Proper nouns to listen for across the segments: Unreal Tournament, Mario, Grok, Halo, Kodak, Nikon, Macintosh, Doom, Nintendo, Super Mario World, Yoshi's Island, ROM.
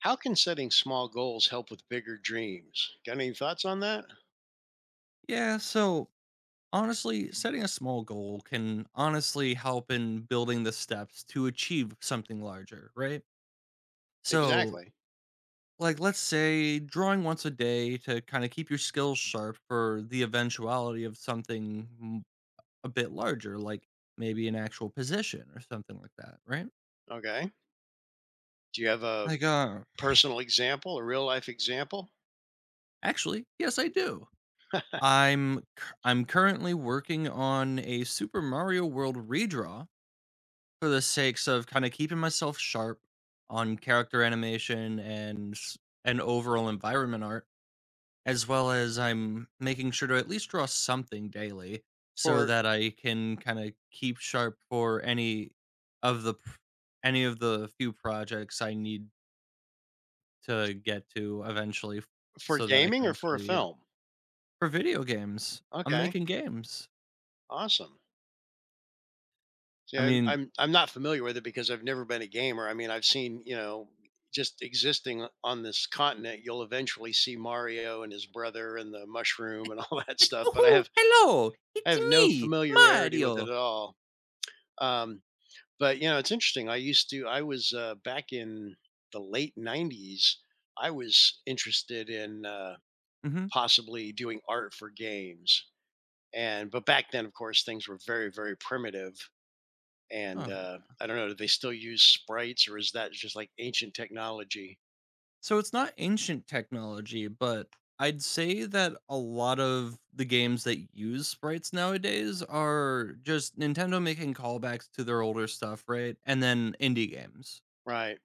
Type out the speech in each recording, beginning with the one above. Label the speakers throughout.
Speaker 1: How can setting small goals help with bigger dreams? Got any thoughts on that?
Speaker 2: Yeah, so honestly, setting a small goal can honestly help in building the steps to achieve something larger, right? So,
Speaker 1: Exactly.
Speaker 2: like, let's say drawing once a day to kind of keep your skills sharp for the eventuality of a bit larger, like maybe an actual position or something like that, right?
Speaker 1: Okay. Do you have a
Speaker 2: Like, uh,
Speaker 1: personal example, a real life example
Speaker 2: Actually, yes, I do. I'm currently working on a Super Mario World redraw for the sakes of kind of keeping myself sharp on character animation and overall environment art, as well as I'm making sure to at least draw something daily so
Speaker 1: for
Speaker 2: that I can kind of keep sharp for any of the pr- any of the few projects I need to get to eventually.
Speaker 1: for
Speaker 2: so that I can
Speaker 1: gaming or for a
Speaker 2: actually, you know,
Speaker 1: film?
Speaker 2: for video games. I'm
Speaker 1: Okay.
Speaker 2: making games.
Speaker 1: Awesome. See,
Speaker 2: I
Speaker 1: I'm
Speaker 2: mean,
Speaker 1: I'm I'm not familiar with it because I've never been a gamer. I mean, I've seen, you know, just existing on this continent. You'll eventually see Mario and his brother and the mushroom and all that
Speaker 2: like,
Speaker 1: stuff, but I
Speaker 2: oh,
Speaker 1: have
Speaker 2: hello,
Speaker 1: I
Speaker 2: it's
Speaker 1: have no
Speaker 2: me,
Speaker 1: familiarity with it at
Speaker 2: Mario.
Speaker 1: all. Um, But, you know, it's interesting. I used to I was, back in the late '90s. I was interested in,
Speaker 2: hmm
Speaker 1: possibly doing art for games, and but back then, of course, things were very, very primitive.
Speaker 2: Oh,
Speaker 1: I don't know, do they still use sprites, or is that just, like, ancient technology?
Speaker 2: so it's not ancient technology, but I'd say that a lot of the games that use sprites nowadays are just Nintendo making callbacks to their older stuff, right? And then indie games.
Speaker 1: Right.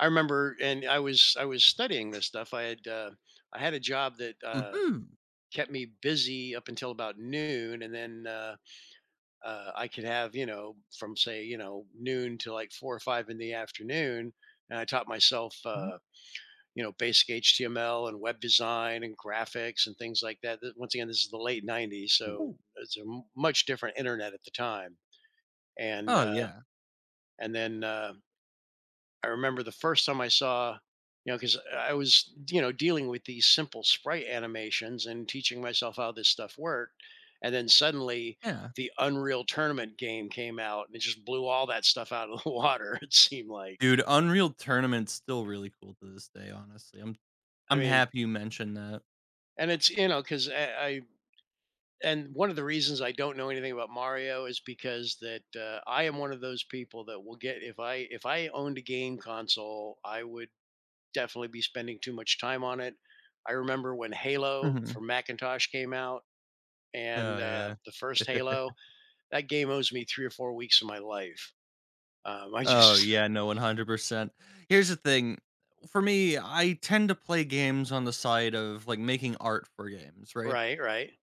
Speaker 1: I remember, and I was studying this stuff. I had a job that,
Speaker 2: Mhm.
Speaker 1: kept me busy up until about noon, and then I could have, you know, from, say, you know, noon to like four or five in the afternoon. And I taught myself,
Speaker 2: Mhm.
Speaker 1: you know, basic HTML and web design and graphics and things like that. Once again, this is the late '90s. So
Speaker 2: Ooh.
Speaker 1: it's a much different internet at the time. And,
Speaker 2: Oh
Speaker 1: uh,
Speaker 2: yeah.
Speaker 1: and then, uh, I remember the first time I saw, you know, because I was, you know, dealing with these simple sprite animations and teaching myself how this stuff worked. And then suddenly
Speaker 2: Yeah.
Speaker 1: the Unreal Tournament game came out and it just blew all that stuff out of the water, it seemed like.
Speaker 2: Dude, Unreal Tournament's still really cool to this day, honestly. I'm
Speaker 1: I
Speaker 2: I'm
Speaker 1: mean,
Speaker 2: happy you mentioned that.
Speaker 1: and it's, you know, and one of the reasons I don't know anything about Mario is because that I am one of those people that will get, if I owned a game console, I would definitely be spending too much time on it. I remember when Halo
Speaker 2: Mhm.
Speaker 1: for Macintosh came out, and
Speaker 2: Oh
Speaker 1: uh,
Speaker 2: yeah.
Speaker 1: the first Halo, that game owes me 3 or 4 weeks of my life. Um, I
Speaker 2: Oh
Speaker 1: just,
Speaker 2: yeah, no, 100%. Here's the thing, for me, I tend to play games on the side of, like, making art for games, right?
Speaker 1: right, right.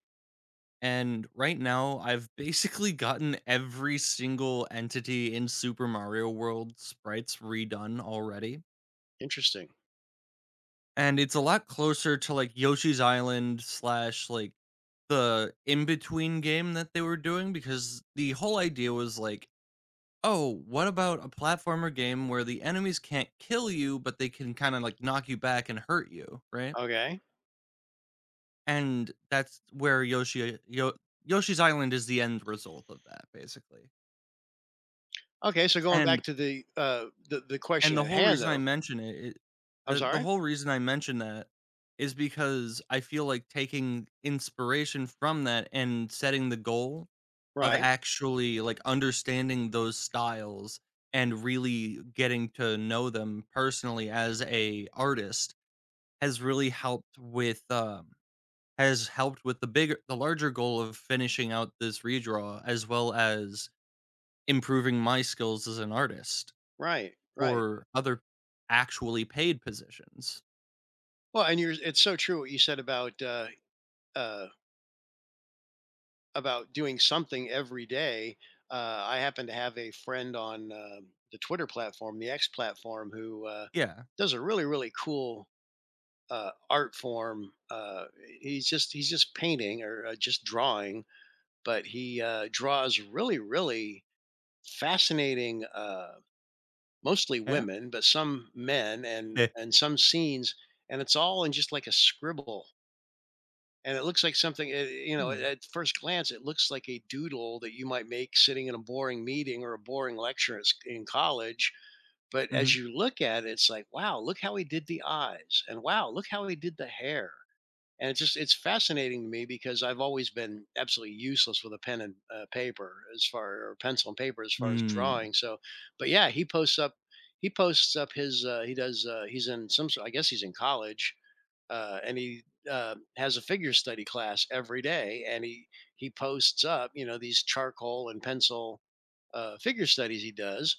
Speaker 2: And right now, I've basically gotten every single entity in Super Mario World sprites redone already,
Speaker 1: Interesting.
Speaker 2: and it's a lot closer to, like, Yoshi's Island slash, like, the in-between game that they were doing because the whole idea was, like, oh, what about a platformer game where the enemies can't kill you, but they can kind of like knock you back and hurt you, right?
Speaker 1: Okay.
Speaker 2: And that's where Yoshi's Island is the end result of that, basically.
Speaker 1: Okay. So going
Speaker 2: And
Speaker 1: back to the, the
Speaker 2: and
Speaker 1: question
Speaker 2: the
Speaker 1: at
Speaker 2: whole
Speaker 1: hand,
Speaker 2: reason I
Speaker 1: though,
Speaker 2: mention it, it
Speaker 1: I'm
Speaker 2: The
Speaker 1: sorry.
Speaker 2: whole reason I mention that is because I feel like taking inspiration from that and setting the goal of
Speaker 1: Right,
Speaker 2: actually, like, understanding those styles and really getting to know them personally as a artist has really helped has helped with the larger goal of finishing out this redraw as well as improving my skills as an artist
Speaker 1: right, right.
Speaker 2: or other actually paid positions.
Speaker 1: Well, and you're, it's so true what you said about, uh, about doing something every day. I happen to have a friend on, the Twitter platform, the X platform, who,
Speaker 2: Yeah.
Speaker 1: does a really, really cool, art form. He's just he's just painting or, just drawing, but he, draws really, really fascinating, mostly
Speaker 2: Yeah,
Speaker 1: women, but some men
Speaker 2: yeah.
Speaker 1: and some scenes, and it's all in just like a scribble, and it looks like something, you know,
Speaker 2: Hmm,
Speaker 1: at first glance, it looks like a doodle that you might make sitting in a boring meeting or a boring lecture in college. But
Speaker 2: mhm.
Speaker 1: as you look at it, it's like, wow, look how he did the eyes, and wow, look how he did the hair. And it's just, it's fascinating to me because I've always been absolutely useless with a pen and, paper as far, or pencil and paper as far as
Speaker 2: Mm.
Speaker 1: drawing. So, but yeah, he posts up his, he's in I guess he's in college, and he has a figure study class every day, and he posts up, you know, these charcoal and pencil, figure studies he does,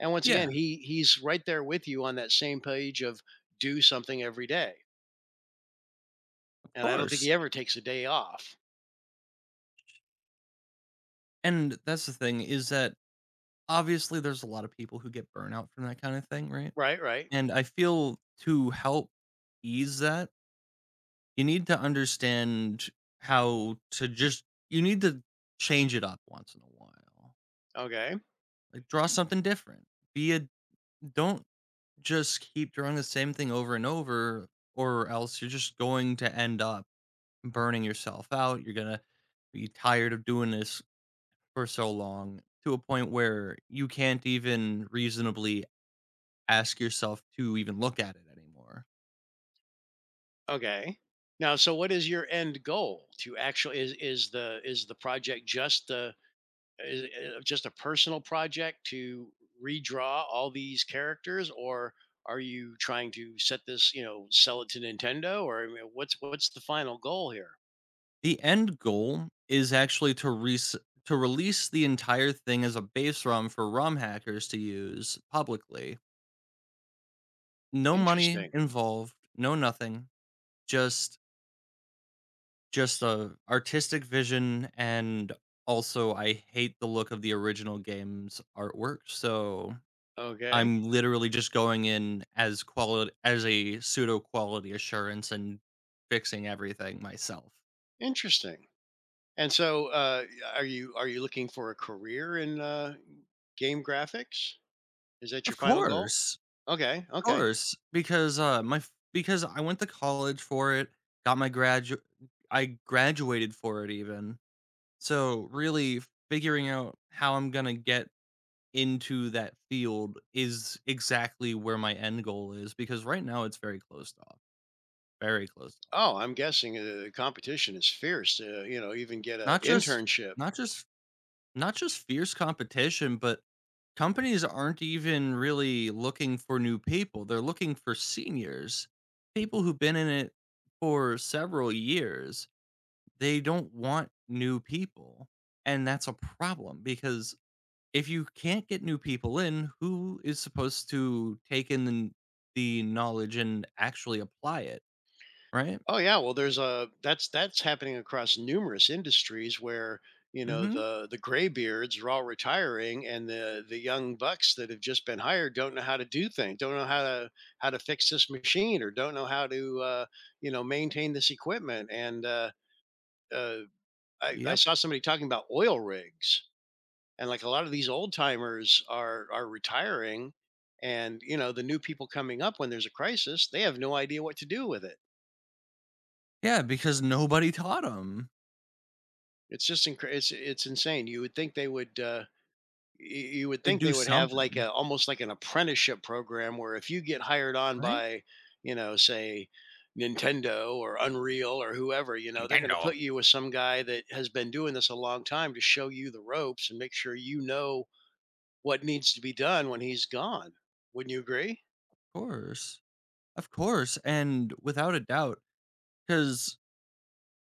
Speaker 1: and once
Speaker 2: Yeah,
Speaker 1: again,
Speaker 2: of
Speaker 1: he's right there with you on that same page of do something every day, and I don't think
Speaker 2: course,
Speaker 1: he ever takes a day off.
Speaker 2: and that's the thing is that obviously, there's a lot of people who get burnout from that kind of thing, right?
Speaker 1: Right, right,
Speaker 2: And I feel to help ease that, you need to understand how to just you need to change it up once in a while.
Speaker 1: okay,
Speaker 2: Like draw something different. Be a don't Just keep drawing the same thing over and over or else you're just going to end up burning yourself out. You're going to be tired of doing this for so long to a point where you can't even reasonably ask yourself to even look at it anymore.
Speaker 1: okay. Now, so what is your end goal? To actually is the project just the is it just a personal project to redraw all these characters, or are you trying to set this you know, sell it to Nintendo? Or I mean, what's the final goal here?
Speaker 2: The end goal is actually to release the entire thing as a base ROM for ROM hackers to use publicly. No money
Speaker 1: Interesting.
Speaker 2: involved, no nothing, just a artistic vision, and also I hate the look of the original game's artwork, so
Speaker 1: Okay.
Speaker 2: I'm literally just going in as quality as a pseudo quality assurance and fixing everything myself.
Speaker 1: Interesting. And so, are you looking for a career in, game graphics? Is that
Speaker 2: Of
Speaker 1: your final goal?
Speaker 2: course.
Speaker 1: Okay, okay.
Speaker 2: Course, because, my f because I went to college for it, got my gradu I graduated for it even. So, really figuring out how I'm gonna get into that field is exactly where my end goal is because right now it's very closed off, very closed off.
Speaker 1: Oh, I'm guessing, the competition is fierce to, you know, even get an
Speaker 2: Not just
Speaker 1: internship.
Speaker 2: not just Not just fierce competition, but companies aren't even really looking for new people. They're looking for seniors, people who've been in it for several years. They don't want new people. And that's a problem because if you can't get new people in, who is supposed to take in the knowledge and actually apply it? Right?
Speaker 1: Oh yeah, well there's a that's happening across numerous industries where, you
Speaker 2: Mm
Speaker 1: know,
Speaker 2: hmm.
Speaker 1: the graybeards are all retiring and the young bucks that have just been hired don't know how to do things, don't know how to, fix this machine, or don't know how to, you know, maintain this equipment, and uh I
Speaker 2: Yep.
Speaker 1: saw somebody talking about oil rigs, and like a lot of these old timers are retiring, and you know, the new people coming up, when there's a crisis they have no idea what to do with it.
Speaker 2: Yeah, because nobody taught them.
Speaker 1: It's just incre it's insane. You would think they would, y you would
Speaker 2: They
Speaker 1: think
Speaker 2: do
Speaker 1: they would have like
Speaker 2: something,
Speaker 1: a, almost like an apprenticeship program, where if you get hired on
Speaker 2: right?
Speaker 1: by, you know, say, Nintendo or Unreal or whoever, you know, they're gonna
Speaker 2: Nintendo.
Speaker 1: put you with some guy that has been doing this a long time to show you the ropes and make sure you know what needs to be done when he's gone. Wouldn't you agree?
Speaker 2: Course. Of course, and without a doubt, because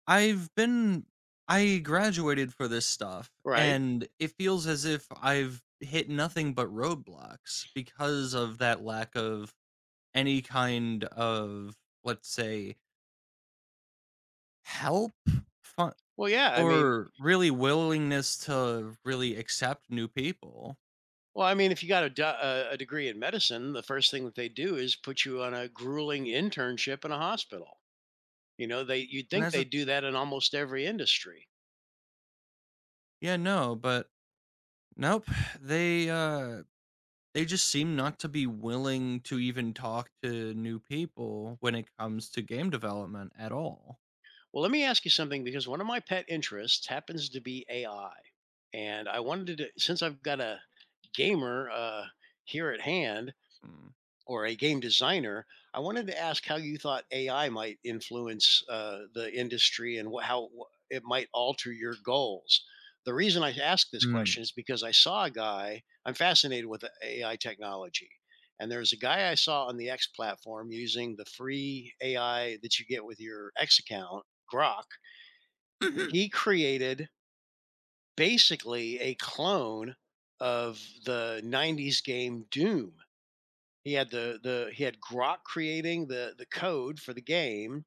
Speaker 2: I've been I graduated for this stuff,
Speaker 1: Right.
Speaker 2: and it feels as if I've hit nothing but roadblocks because of that lack of any kind of, let's say, help fu-
Speaker 1: Well, yeah, I mean
Speaker 2: or really willingness to really accept new people.
Speaker 1: well, I mean, if you got a do a degree in medicine, the first thing that they do is put you on a grueling internship in a hospital. You know, they you'd
Speaker 2: And
Speaker 1: think
Speaker 2: that's
Speaker 1: they
Speaker 2: a
Speaker 1: do that in almost every industry.
Speaker 2: yeah, no, but Nope. They uh They just seem not to be willing to even talk to new people when it comes to game development at all.
Speaker 1: Well, let me ask you something, because one of my pet interests happens to be AI. And I wanted to, since I've got a gamer, here at hand,
Speaker 2: Mm.
Speaker 1: or a game designer, I wanted to ask how you thought AI might influence, the industry and it might alter your goals. The reason I asked this
Speaker 2: Mm.
Speaker 1: question is because I saw a guy, I'm fascinated with AI technology. And there's a guy I saw on the X platform using the free AI that you get with your X account, Grok. He created basically a clone of the '90s game Doom. He had Grok creating the code for the game,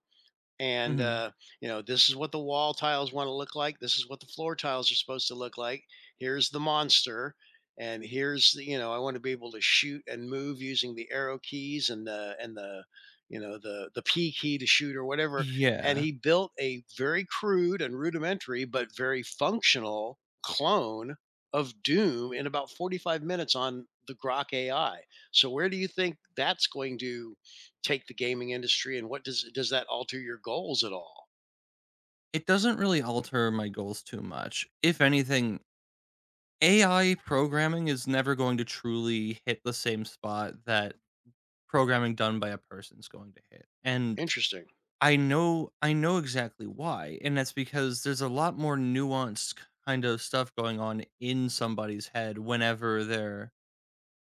Speaker 1: and,
Speaker 2: Mhm.
Speaker 1: you know, this is what the wall tiles want to look like, this is what the floor tiles are supposed to look like, here's the monster, and here's the, you know, I want to be able to shoot and move using the arrow keys and the, you know, the p key to shoot or whatever. And
Speaker 2: Yeah.
Speaker 1: he built a very crude and rudimentary but very functional clone of doom in about 45 minutes on the grok ai. So where do you think that's going to take the gaming industry, and what does that alter your goals at all?
Speaker 2: It doesn't really alter my goals too much. If anything, AI programming is never going to truly hit the same spot that programming done by a person's going to hit. And
Speaker 1: Interesting.
Speaker 2: I know exactly why, and that's because there's a lot more nuanced kind of stuff going on in somebody's head whenever they're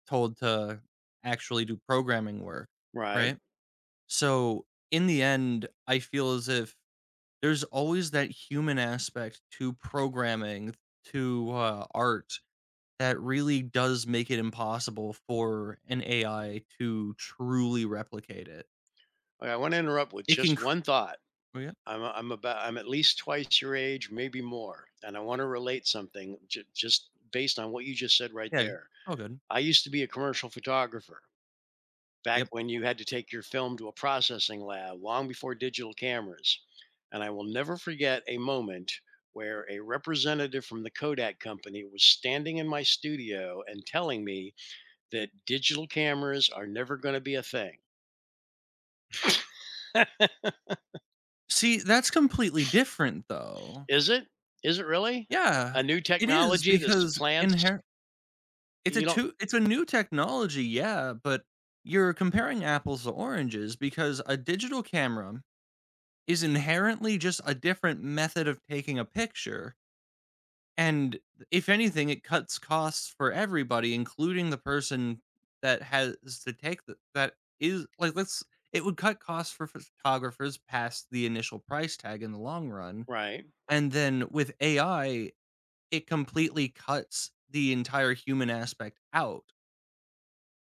Speaker 2: told to actually do programming work,
Speaker 1: Right.
Speaker 2: right? So, in the end, I feel as if there's always that human aspect to programming, to art, that really does make it impossible for an AI to truly replicate it.
Speaker 1: Okay, I want to interrupt with
Speaker 2: It can,
Speaker 1: just
Speaker 2: cr-
Speaker 1: one thought.
Speaker 2: oh, yeah,
Speaker 1: I'm I I'm about I'm at least twice your age, maybe more, and I want to relate something, just based on what you just said right
Speaker 2: Yeah,
Speaker 1: there.
Speaker 2: all good.
Speaker 1: I used to be a commercial photographer back
Speaker 2: Yep.
Speaker 1: when you had to take your film to a processing lab long before digital cameras. And I will never forget a moment where a representative from the Kodak company was standing in my studio and telling me that digital cameras are never gonna be a thing.
Speaker 2: See, that's completely different, though.
Speaker 1: Is it? Is it really?
Speaker 2: Yeah,
Speaker 1: A new
Speaker 2: it is
Speaker 1: technology that
Speaker 2: because
Speaker 1: supplants,
Speaker 2: inherent.
Speaker 1: you don't,
Speaker 2: It's a new technology, yeah, but you're comparing apples to oranges because a digital camera is inherently just a different method of taking a picture, and if anything, it cuts costs for everybody, including the person that has to take the that is like, let's it would cut costs for photographers past the initial price tag in the long run,
Speaker 1: right.
Speaker 2: and then with AI, it completely cuts the entire human aspect out.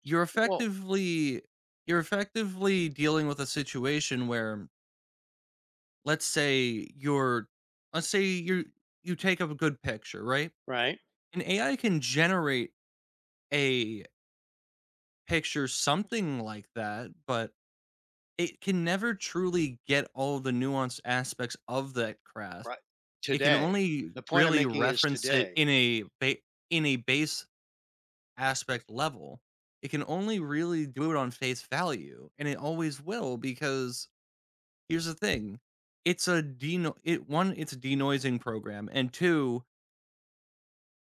Speaker 2: You're
Speaker 1: Well
Speaker 2: effectively you're effectively dealing with a situation where, let's say you're let's say you you take up a good picture, right?
Speaker 1: right,
Speaker 2: An AI can generate a picture something like that, but it can never truly get all the nuanced aspects of that craft.
Speaker 1: right.
Speaker 2: It can
Speaker 1: Today.
Speaker 2: only
Speaker 1: The point I'm
Speaker 2: really
Speaker 1: making is
Speaker 2: reference it
Speaker 1: today.
Speaker 2: in a base aspect level. It can only really do it on face value, and it always will because here's the thing, it's a deno it 1, it's a denoising program, and 2,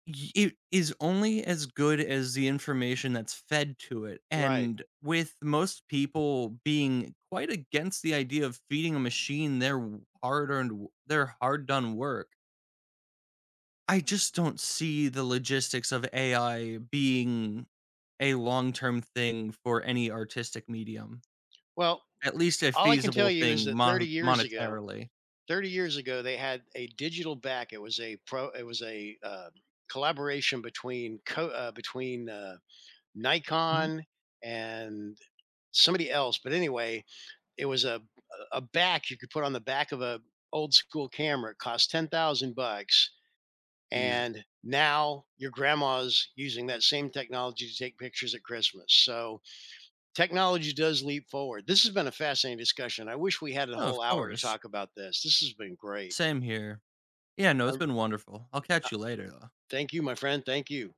Speaker 2: y it is only as good as the information that's fed to it,
Speaker 1: Right.
Speaker 2: and with most people being quite against the idea of feeding a machine hard-earned their hard-done work, I just don't see the logistics of AI being a long-term thing for any artistic medium,
Speaker 1: Well,
Speaker 2: at least a
Speaker 1: all I can tell
Speaker 2: feasible
Speaker 1: you is
Speaker 2: thing
Speaker 1: that 30 years ago
Speaker 2: monetarily.
Speaker 1: 30 years ago, they had a digital back. It was a, collaboration between
Speaker 2: Mhm.
Speaker 1: Nikon and somebody else, but anyway, it was a back you could put on the back of a old school camera. It cost $10,000,
Speaker 2: Use.
Speaker 1: and now your grandma's using that same technology to take pictures at Christmas. So technology does leap forward. This has been a fascinating discussion. I wish we had a
Speaker 2: Oh, of
Speaker 1: whole hour to
Speaker 2: course.
Speaker 1: talk about this. This has been great.
Speaker 2: Same here. Yeah, no,
Speaker 1: I
Speaker 2: it's been wonderful. I'll
Speaker 1: uh,
Speaker 2: catch you later, though.
Speaker 1: Thank you, my friend. Thank you.